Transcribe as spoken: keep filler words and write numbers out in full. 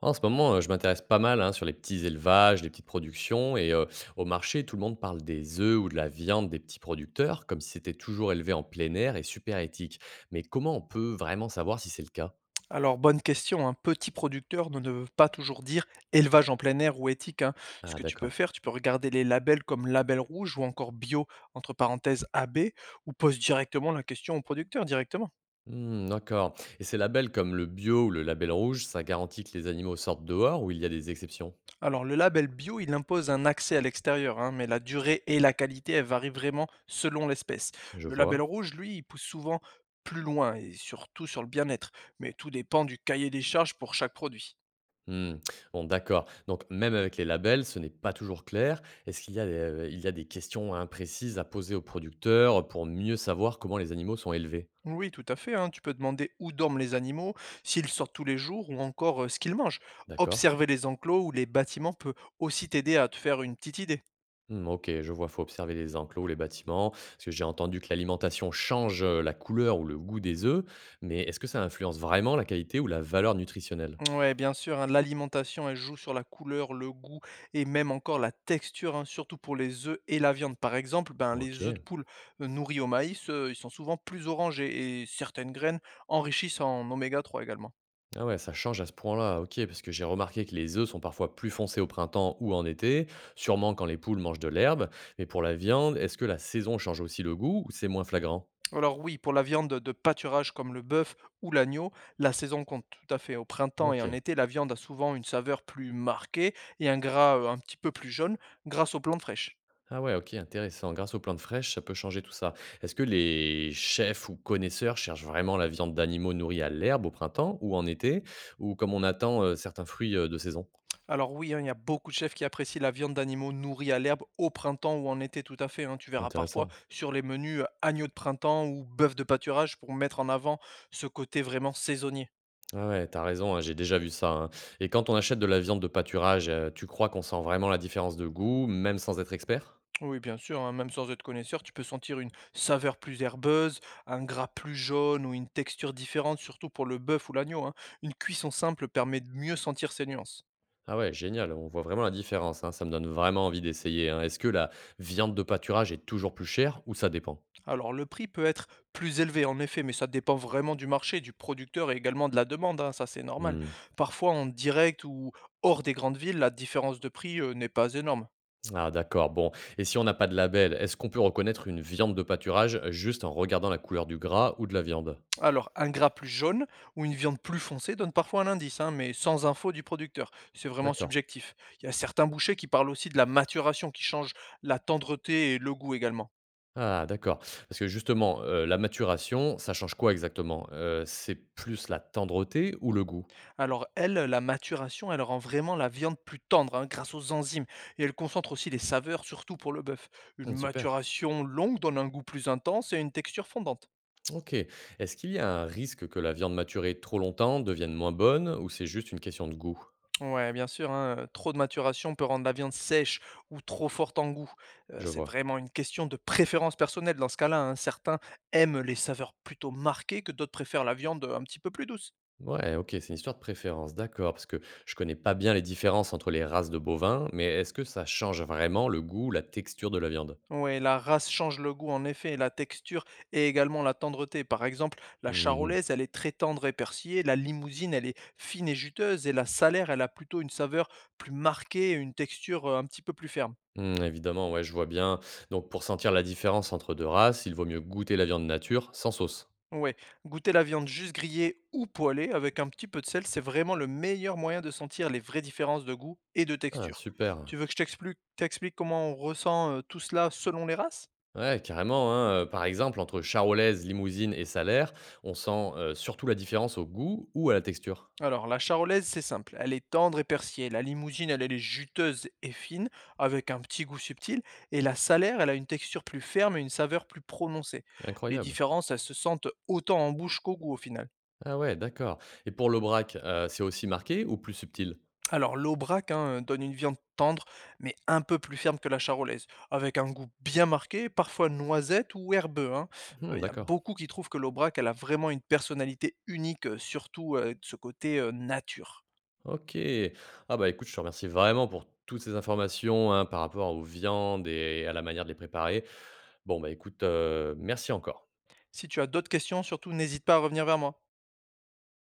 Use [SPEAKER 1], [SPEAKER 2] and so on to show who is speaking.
[SPEAKER 1] En ce moment, heu, je m'intéresse pas mal, hein, sur les petits élevages, les petites productions et heu, au marché, tout le monde parle des œufs ou de la viande des petits producteurs, comme si c'était toujours élevé en plein air et super éthique. Mais comment on peut vraiment savoir si c'est le cas?
[SPEAKER 2] Alors, bonne question. Un Petit producteur ne ne veut pas toujours dire élevage en plein air ou éthique, hein. Ce
[SPEAKER 1] Ah
[SPEAKER 2] que tu peux
[SPEAKER 1] d'accord.
[SPEAKER 2] faire, tu peux regarder les labels comme Label Rouge ou encore Bio, entre parenthèses A B, ou pose directement la question au producteur directement.
[SPEAKER 1] Mmh, d'accord, et ces labels comme le bio ou le label rouge, ça garantit que les animaux sortent dehors ou il y a des exceptions?
[SPEAKER 2] Alors, le label Bio, il impose un accès à l'extérieur, hein, mais la durée et la qualité, elles varient vraiment selon l'espèce.
[SPEAKER 1] Je
[SPEAKER 2] Le Label
[SPEAKER 1] vois.
[SPEAKER 2] Rouge, lui, il pousse souvent plus loin et surtout sur le bien-être, mais tout dépend du cahier des charges pour chaque produit.
[SPEAKER 1] Mmh. Bon, d'accord. Donc même avec les labels, ce n'est pas toujours clair. Est-ce qu'il y a des, heu, il y a des questions imprécises à poser aux producteurs pour mieux savoir comment les animaux sont élevés?
[SPEAKER 2] Oui, tout à fait, hein. Tu peux demander où dorment les animaux, s'ils sortent tous les jours ou encore euh, ce qu'ils mangent.
[SPEAKER 1] D'accord.
[SPEAKER 2] Observer les enclos ou les bâtiments peut aussi t'aider à te faire une petite idée.
[SPEAKER 1] Mmh, OK, je vois, faut observer les enclos, les bâtiments. Parce que j'ai entendu que l'alimentation change, heu, la couleur ou le goût des œufs, mais est-ce que ça influence vraiment la qualité ou la valeur nutritionnelle?
[SPEAKER 2] Ouais, bien sûr, hein, l'alimentation, elle joue sur la couleur, le goût et même encore la texture, hein, surtout pour les œufs et la viande. Par exemple, ben, les œufs de
[SPEAKER 1] OK.
[SPEAKER 2] poule euh, nourris au maïs, euh, ils sont souvent plus orangés et certaines graines enrichissent en oméga trois également.
[SPEAKER 1] Ah ouais, ça change à ce point-là, ok, parce que j'ai remarqué que les œufs sont parfois plus foncés au printemps ou en été, sûrement quand les poules mangent de l'herbe, mais pour la viande, est-ce que la saison change aussi le goût ou c'est moins flagrant?
[SPEAKER 2] Alors oui, pour la viande de pâturage comme le bœuf ou l'agneau, la saison compte tout à fait. Au printemps et
[SPEAKER 1] Ok.
[SPEAKER 2] en été, la viande a souvent une saveur plus marquée et un gras euh, un petit peu plus jaune grâce aux plantes fraîches.
[SPEAKER 1] Ah ouais, ok, intéressant. Grâce aux plantes fraîches, ça peut changer tout ça. Est-ce que les chefs ou connaisseurs cherchent vraiment la viande d'animaux nourris à l'herbe au printemps ou en été, ou comme on attend euh, certains fruits euh, de saison?
[SPEAKER 2] Alors oui, hein, il y a beaucoup de chefs qui apprécient la viande d'animaux nourris à l'herbe au printemps ou en été, tout à fait, hein. Tu verras parfois
[SPEAKER 1] Intéressant.
[SPEAKER 2] sur les menus euh, agneau de printemps ou bœuf de pâturage pour mettre en avant ce côté vraiment saisonnier.
[SPEAKER 1] Ah ouais, t'as raison, hein, j'ai déjà vu ça, hein. Et quand on achète de la viande de pâturage, heu, tu crois qu'on sent vraiment la différence de goût, même sans être expert?
[SPEAKER 2] Oui, bien sûr, hein, même sans être connaisseur, tu peux sentir une saveur plus herbeuse, un gras plus jaune ou une texture différente, surtout pour le bœuf ou l'agneau, hein. Une cuisson simple permet de mieux sentir ces nuances.
[SPEAKER 1] Ah ouais, génial, on voit vraiment la différence, hein, ça me donne vraiment envie d'essayer, hein. Est-ce que la viande de pâturage est toujours plus chère ou ça dépend?
[SPEAKER 2] Alors, le prix peut être plus élevé, en effet, mais ça dépend vraiment du marché, du producteur et également de la demande, hein, ça c'est normal.
[SPEAKER 1] Mmh.
[SPEAKER 2] Parfois, en direct ou hors des grandes villes, la différence de prix euh, n'est pas énorme.
[SPEAKER 1] Ah d'accord, bon, et si on n'a pas de label, est-ce qu'on peut reconnaître une viande de pâturage juste en regardant la couleur du gras ou de la viande?
[SPEAKER 2] Alors, un gras plus jaune ou une viande plus foncée donne parfois un indice, hein, mais sans info du producteur. C'est vraiment
[SPEAKER 1] D'accord.
[SPEAKER 2] subjectif. Il y a certains bouchers qui parlent aussi de la maturation qui change la tendreté et le goût également.
[SPEAKER 1] Ah d'accord, parce que justement, heu, la maturation, ça change quoi exactement? Heu, c'est plus la tendreté ou le goût?
[SPEAKER 2] Alors, elle, la maturation, elle rend vraiment la viande plus tendre, hein, grâce aux enzymes et elle concentre aussi les saveurs, surtout pour le bœuf. Une
[SPEAKER 1] Mmh, super.
[SPEAKER 2] maturation longue donne un goût plus intense et une texture fondante.
[SPEAKER 1] Ok. Est-ce qu'il y a un risque que la viande maturée trop longtemps devienne moins bonne ou c'est juste une question de goût?
[SPEAKER 2] Ouais, bien sûr, hein, heu, trop de maturation peut rendre la viande sèche ou trop forte en goût. Heu,
[SPEAKER 1] Je
[SPEAKER 2] c'est
[SPEAKER 1] vois.
[SPEAKER 2] vraiment une question de préférence personnelle dans ce cas-là, hein. Certains aiment les saveurs plutôt marquées que d'autres préfèrent la viande, un petit peu plus douce.
[SPEAKER 1] Ouais, ok, c'est une histoire de préférence, d'accord, parce que je connais pas bien les différences entre les races de bovins, mais est-ce que ça change vraiment le goût, la texture de la viande?
[SPEAKER 2] Oui, la race change le goût en effet, la texture et également la tendreté. Par exemple, la
[SPEAKER 1] Mhm.
[SPEAKER 2] charolaise, elle est très tendre et persillée, la limousine, elle est fine et juteuse et la salers, elle a plutôt une saveur plus marquée et une texture, heu, un petit peu plus ferme.
[SPEAKER 1] Hmm, évidemment, ouais, je vois bien. Donc pour sentir la différence entre deux races, il vaut mieux goûter la viande nature sans sauce.
[SPEAKER 2] Ouais, goûter la viande juste grillée ou poêlée avec un petit peu de sel, c'est vraiment le meilleur moyen de sentir les vraies différences de goût et de
[SPEAKER 1] Ah,
[SPEAKER 2] texture.
[SPEAKER 1] super.
[SPEAKER 2] Tu veux que je t'explique t'explique comment on ressent euh, tout cela selon les races?
[SPEAKER 1] Ouais, carrément, hein. euh, Par exemple, entre charolaise, limousine et salaire, on sent euh, surtout la différence au goût ou à la texture.
[SPEAKER 2] Alors, la charolaise, c'est simple, elle est tendre et persillée. La limousine, elle, elle est juteuse et fine, avec un petit goût subtil. Et la salaire, elle a une texture plus ferme et une saveur plus prononcée. Les
[SPEAKER 1] Incroyable.
[SPEAKER 2] différences, elles se sentent autant en bouche qu'au goût au final.
[SPEAKER 1] Ah ouais, d'accord. Et pour le braque, heu, c'est aussi marqué ou plus subtil?
[SPEAKER 2] Alors l'Aubrac, hein, euh, donne une viande tendre, mais un peu plus ferme que la charolaise, avec un goût bien marqué, parfois noisette ou herbeux, hein. Euh,
[SPEAKER 1] Mmh,
[SPEAKER 2] Il y a
[SPEAKER 1] d'accord.
[SPEAKER 2] beaucoup qui trouvent que l'Aubrac elle a vraiment une personnalité unique, euh, surtout euh, de ce côté euh, nature.
[SPEAKER 1] OK. Ah bah, écoute, je te remercie vraiment pour toutes ces informations, hein, par rapport aux viandes et à la manière de les préparer. Bon, bah, écoute, heu, merci encore.
[SPEAKER 2] Si tu as d'autres questions, surtout n'hésite pas à revenir vers moi.